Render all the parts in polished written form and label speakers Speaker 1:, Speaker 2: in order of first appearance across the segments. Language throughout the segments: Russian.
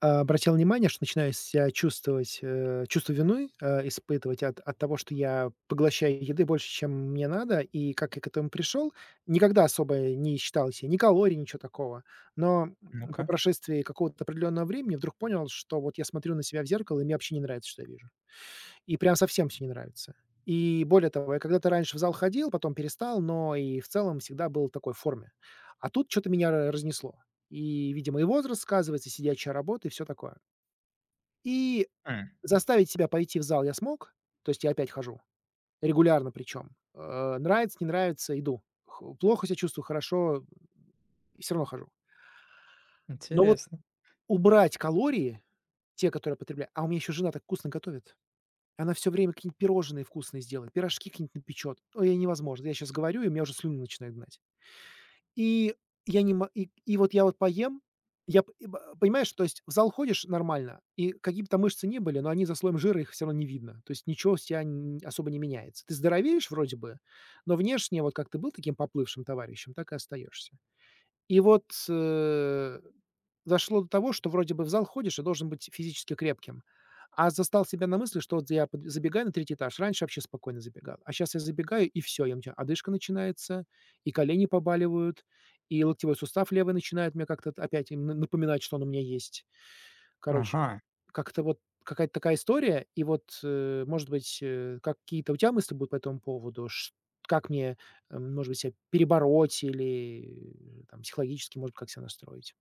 Speaker 1: Обратил внимание, что начинаю себя чувствовать, чувство вины испытывать от того, что я поглощаю еды больше, чем мне надо. И как я к этому пришел, никогда особо не считал себе ни калорий, ничего такого. Но по
Speaker 2: Ну-ка.
Speaker 1: прошествии какого-то определенного времени вдруг понял, что вот я смотрю на себя в зеркало, и мне вообще не нравится, что я вижу. И прям совсем все не нравится. И более того, я когда-то раньше в зал ходил, потом перестал, но и в целом всегда был в такой форме. А тут что то меня ра разнесло. И, видимо, и возраст сказывается, и сидячая работа, и все такое. И
Speaker 2: М,
Speaker 1: заставить себя пойти в зал я смог. То есть я опять хожу, регулярно причем. Нравится, не нравится — иду. Хо Плохо себя чувствую, хорошо — и всё равно хожу. Но вот
Speaker 2: Интересно.
Speaker 1: убрать калории, те, которые я потребляю, а у меня еще жена так вкусно готовит. Она все время какие-нибудь пирожные вкусные сделает, пирожки какие-нибудь напечет. Ой, ей невозможно. Я сейчас говорю, и у меня уже слюны начинают гнать. И я не мо и вот я вот поем, я п и б понимаешь, то есть в зал ходишь нормально, и какие бы там мышцы ни были, но они за слоем жира, их все равно не видно. То есть ничего с тя н особо не меняется. Ты здоровеешь вроде бы, но внешне, вот как ты был таким поплывшим товарищем, так и остаешься. И вот, э, дошло до того, что вроде бы в зал ходишь и должен быть физически крепким, а застал себя на мысли, что вот я под забегаю на третий этаж, раньше вообще спокойно забегал, а сейчас я забегаю и все, и у меня одышка начинается, и колени побаливают, и локтевой сустав левый начинает мне как-то т опять н напоминать, что он у меня есть. Короче,
Speaker 2: Ага,
Speaker 1: как-то вот какая-то такая история. И вот, может быть, какие-то у тебя мысли будут по этому поводу? Ш Как мне, может быть, себя перебороть или там психологически, может быть, как себя настроить?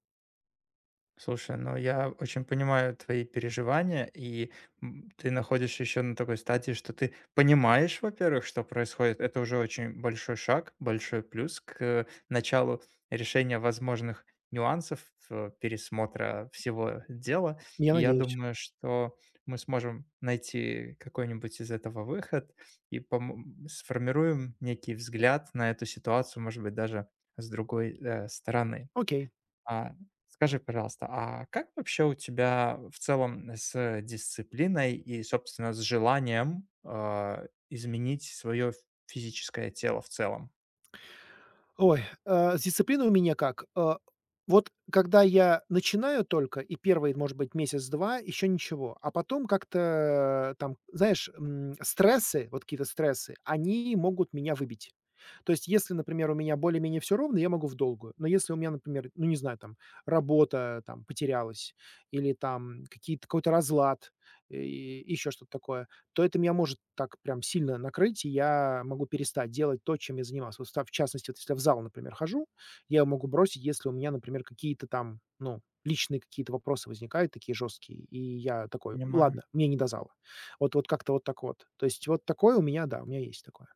Speaker 2: слушай, ну я очень понимаю твои переживания, и ты находишься еще на такой стадии, что ты понимаешь, во-первых, что происходит. Это уже очень большой шаг, большой плюс к началу решения возможных нюансов, пересмотра всего дела.
Speaker 1: Я
Speaker 2: И я
Speaker 1: надеюсь.
Speaker 2: думаю, что мы сможем найти какой-нибудь из этого выход и сформируем некий взгляд на эту ситуацию, может быть, даже с другой стороны.
Speaker 1: Окей.
Speaker 2: А, Скажи, пожалуйста, а как вообще у тебя в целом с дисциплиной и, собственно, с желанием, изменить свое физическое тело в целом?
Speaker 1: Ой, с дисциплиной у меня как? Вот когда я начинаю только, и первый, может быть, месяц-два, еще ничего, а потом как-то там, знаешь, стрессы, вот какие-то стрессы, они могут меня выбить. То есть, если, например, у меня более-менее все ровно, я могу в долгую. Но если у меня, например, ну не знаю, там работа там потерялась или там какие-то какой-то разлад и еще что-то такое, то это меня может так прям сильно накрыть, и я могу перестать делать то, чем я занимался. Вот ста в частности, вот если я в зал, например, хожу, я его могу бросить, если у меня, например, какие-то там, ну, личные какие-то вопросы возникают такие жесткие, и я такой:
Speaker 2: Понимаю.
Speaker 1: «Ладно, мне не до зала». Вот как-то вот так вот. То есть вот такое у меня, да, у меня есть такое.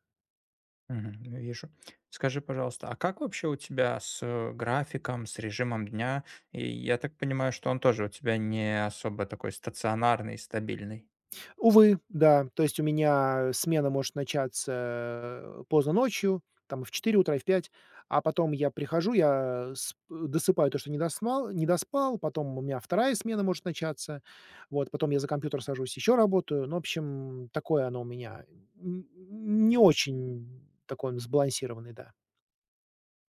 Speaker 2: Мгм. Вижу. Скажи, пожалуйста, а как вообще у тебя с графиком, с режимом дня? И я так понимаю, что он тоже у тебя не особо такой стационарный, стабильный.
Speaker 1: Увы, да. То есть у меня смена может начаться, поздно ночью, там в 4 утра, и в 5, а потом я прихожу, я сп досыпаю то, что не доспал, потом у меня вторая смена может начаться, вот, потом я за компьютер сажусь, еще работаю. Ну, в общем, такое оно у меня, н не очень такой он сбалансированный, да.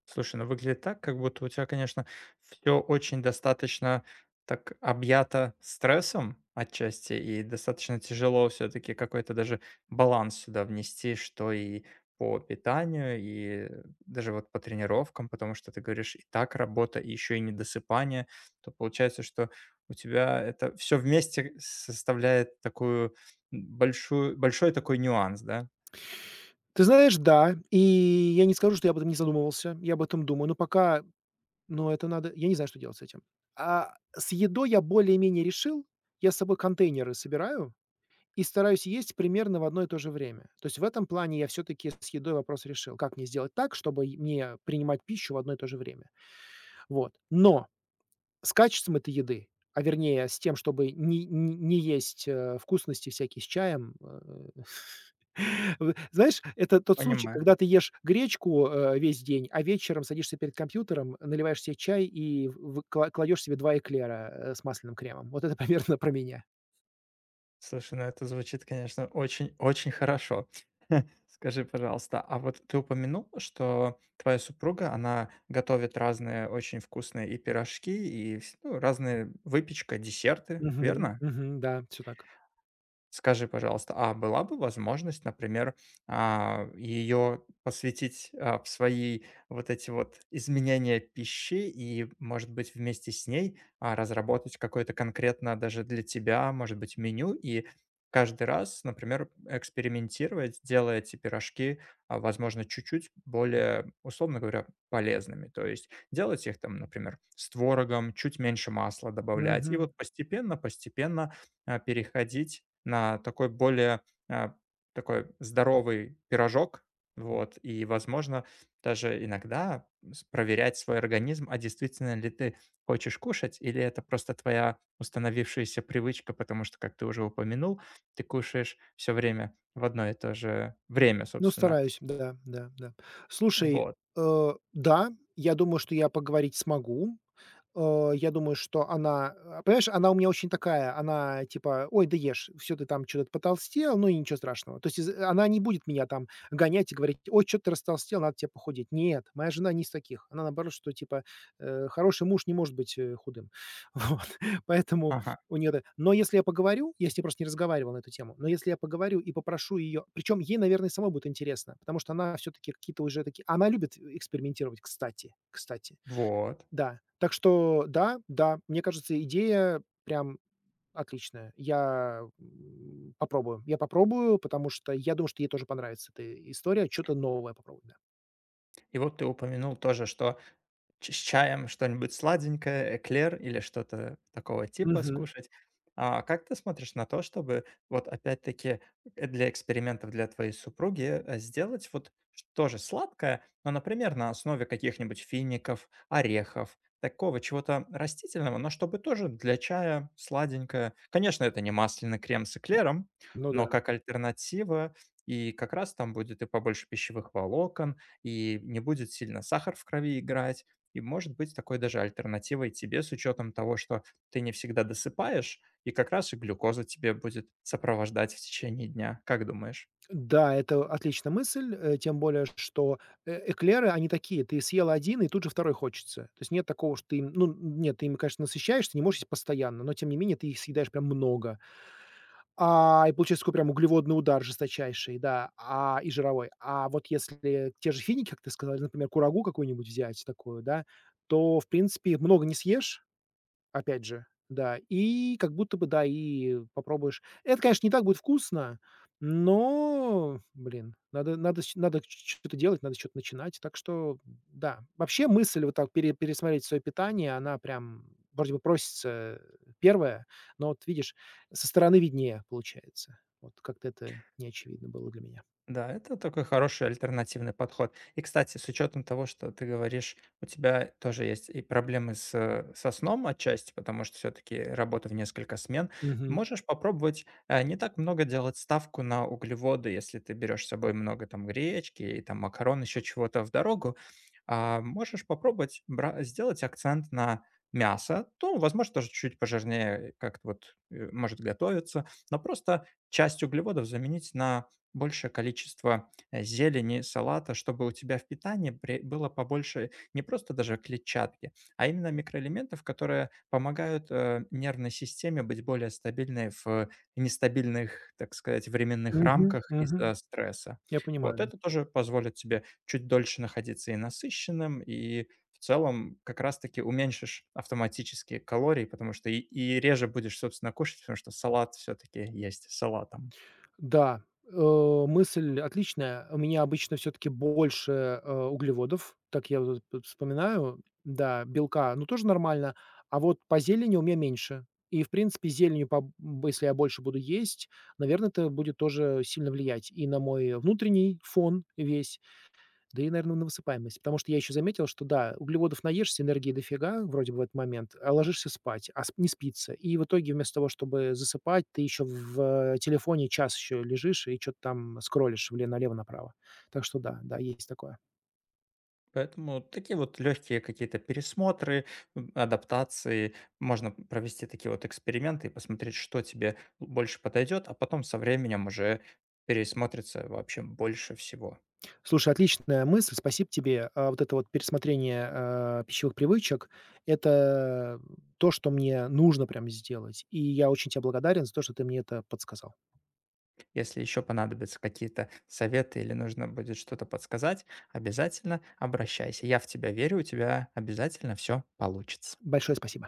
Speaker 2: Слушай, ну выглядит так, как будто у тебя, конечно, все очень достаточно так объято стрессом отчасти, и достаточно тяжело все таки какой-то даже баланс сюда внести, что и по питанию, и даже вот по тренировкам, потому что ты говоришь, и так работа, и еще и недосыпание. То получается, что у тебя это все вместе составляет такую большую большой такой нюанс, да?
Speaker 1: Ты знаешь, да, и я не скажу, что я об этом не задумывался, я об этом думаю, но пока. Но это надо, я не знаю, что делать с этим. А с едой я более-менее решил. Я с собой контейнеры собираю и стараюсь есть примерно в одно и то же время. То есть в этом плане я все таки с едой вопрос решил. Как мне сделать так, чтобы и мне принимать пищу в одно и то же время? Вот. Но с качеством этой еды, а вернее с тем, чтобы не есть, вкусности всякие с чаем, э в знаешь, это тот случай,
Speaker 2: Понимаю.
Speaker 1: когда ты ешь гречку, весь день, а вечером садишься перед компьютером, наливаешь себе чай и в кла кладешь себе 2 эклера, с масляным кремом. Вот это примерно про меня.
Speaker 2: Слушай, ну это звучит, конечно, очень-очень хорошо. Скажи, пожалуйста, а вот ты упомянул, что твоя супруга, она готовит разные очень вкусные и пирожки, и вс ну, разные выпечка, десерты,
Speaker 1: Мгм,
Speaker 2: верно?
Speaker 1: мгм, да, все так.
Speaker 2: Скажи, пожалуйста, а была бы возможность, например, ее посвятить в свои вот эти вот изменения пищи и, может быть, вместе с ней разработать какое-то конкретно даже для тебя, может быть, меню и каждый раз, например, экспериментировать, делая эти пирожки, возможно, чуть-чуть более, условно говоря, полезными. То есть делать их там, например, с творогом, чуть меньше масла добавлять. И
Speaker 1: Мгм.
Speaker 2: вот постепенно переходить на такой более, а, такой здоровый пирожок. Вот, и, возможно, даже иногда проверять свой организм, а действительно ли ты хочешь кушать, или это просто твоя установившаяся привычка, потому что, как ты уже упомянул, ты кушаешь все время в одно и то же время,
Speaker 1: Ну,
Speaker 2: собственно.
Speaker 1: стараюсь, да, да, да. Слушай,
Speaker 2: Вот.
Speaker 1: да, я думаю, что я поговорить смогу. Я думаю, что она, понимаешь, она у меня очень такая, она типа: «Ой, да ешь, всё, ты там что то потолстел, ну и ничего страшного». То есть из она не будет меня там гонять и говорить: «Ой, что ты растолстел, надо тебе похудеть». Нет, моя жена не из таких. Она наоборот, что типа, хороший муж не может быть, худым. Вот, поэтому
Speaker 2: Ага.
Speaker 1: у нее. Т но если я поговорю, я с ней просто не разговаривал на эту тему, но если я поговорю и попрошу ее, причем ей, наверное, самой будет интересно, потому что она все таки какие-то уже такие она любит э, экспериментировать, кстати.
Speaker 2: Вот.
Speaker 1: Да. Так что да, да, мне кажется, идея прям отличная. Я, попробую. Я попробую, потому что я думаю, что ей тоже понравится эта история, что то новое попробовать, да.
Speaker 2: И вот ты упомянул тоже, что Ч с чаем что-нибудь сладенькое, эклер или что-то такого типа
Speaker 1: Мгм.
Speaker 2: скушать. А как ты смотришь на то, чтобы вот опять-таки для экспериментов для твоей супруги, сделать вот ш тоже сладкое, но, например, на основе каких-нибудь фиников, орехов, такого чего-то растительного, но чтобы тоже для чая сладенькое. Конечно, это не масляный крем с эклером,
Speaker 1: Ну да.
Speaker 2: но как альтернатива, и как раз там будет и побольше пищевых волокон, и не будет сильно сахар в крови играть и может быть такой даже альтернативой тебе с учетом того, что ты не всегда досыпаешь, и как раз и глюкоза тебе будет сопровождать в течение дня. Как думаешь?
Speaker 1: Да, это отличная мысль, тем более, что, эклеры, они такие: ты съел один и тут же второй хочется. То есть нет такого, что ты им ну, нет, ты ими, конечно, насыщаешься, не можешь есть постоянно, но тем не менее ты их съедаешь прям много. И получается такой прям углеводный удар жесточайший, да, и жировой. А вот если те же финики, как ты сказал, или, например, курагу какую-нибудь взять такую, да, то, в принципе, много не съешь. Опять же, да. И как будто бы, да, и попробуешь. Это, конечно, не так будет вкусно, но, блин, надо надо с надо ч что-то делать, надо что-то начинать. Так что, да. Вообще мысль вот так пересмотреть свое питание, она прям вроде бы просится, первая, но вот видишь, со стороны виднее получается. Вот как-то это не очевидно было для меня.
Speaker 2: Да, это такой хороший альтернативный подход. И, кстати, с учетом того, что ты говоришь, у тебя тоже есть и проблемы с, со сном отчасти, потому что все-таки работа в несколько смен.
Speaker 1: Мгм.
Speaker 2: Можешь попробовать не так много делать ставку на углеводы, если ты берешь с собой много там гречки и там макарон, еще чего-то в дорогу. А можешь попробовать сделать акцент на мясо, то, возможно, тоже чуть пожирнее как-то вот может готовиться, но просто часть углеводов заменить на большее количество, зелени, салата, чтобы у тебя в питании при было побольше не просто даже клетчатки, а именно микроэлементов, которые помогают, нервной системе быть более стабильной в нестабильных, так сказать, временных
Speaker 1: Мгм.
Speaker 2: рамках
Speaker 1: Мгм.
Speaker 2: из-за стресса.
Speaker 1: Я понимаю,
Speaker 2: Вот
Speaker 1: да.
Speaker 2: это тоже позволит тебе чуть дольше находиться и насыщенным, и в целом как раз таки уменьшишь автоматически калории, потому что и реже будешь, собственно, кушать, потому что салат все-таки есть салатом.
Speaker 1: Да, мысль отличная. У меня обычно все таки больше, углеводов, так я вот тут вспоминаю. Да, белка, ну, тоже нормально, а вот по зелени у меня меньше. И, в принципе, зеленью если я больше буду есть, наверное, это будет тоже сильно влиять и на мой внутренний фон весь, да и, наверное, на высыпаемость. Потому что я еще заметил, что да, углеводов наешься, энергии дофига вроде бы в этот момент, а ложишься спать, а сп не спится. И в итоге вместо того, чтобы засыпать, ты еще в телефоне час еще лежишь и что то там скроллишь вле налево-направо. Так что да, да, есть такое.
Speaker 2: Поэтому вот такие вот легкие какие-то пересмотры, адаптации. Можно провести такие вот эксперименты и посмотреть, что тебе больше подойдет, а потом со временем уже пересмотрится вообще больше всего.
Speaker 1: Слушай, отличная мысль, спасибо тебе. Вот это вот пересмотрение, пищевых привычек — это то, что мне нужно прям сделать. И я очень те благодарен за то, что ты мне это подсказал.
Speaker 2: Если еще понадобятся какие-то советы или нужно будет что-то подсказать, обязательно обращайся. Я в тебя верю, у тебя обязательно все получится.
Speaker 1: Большое спасибо.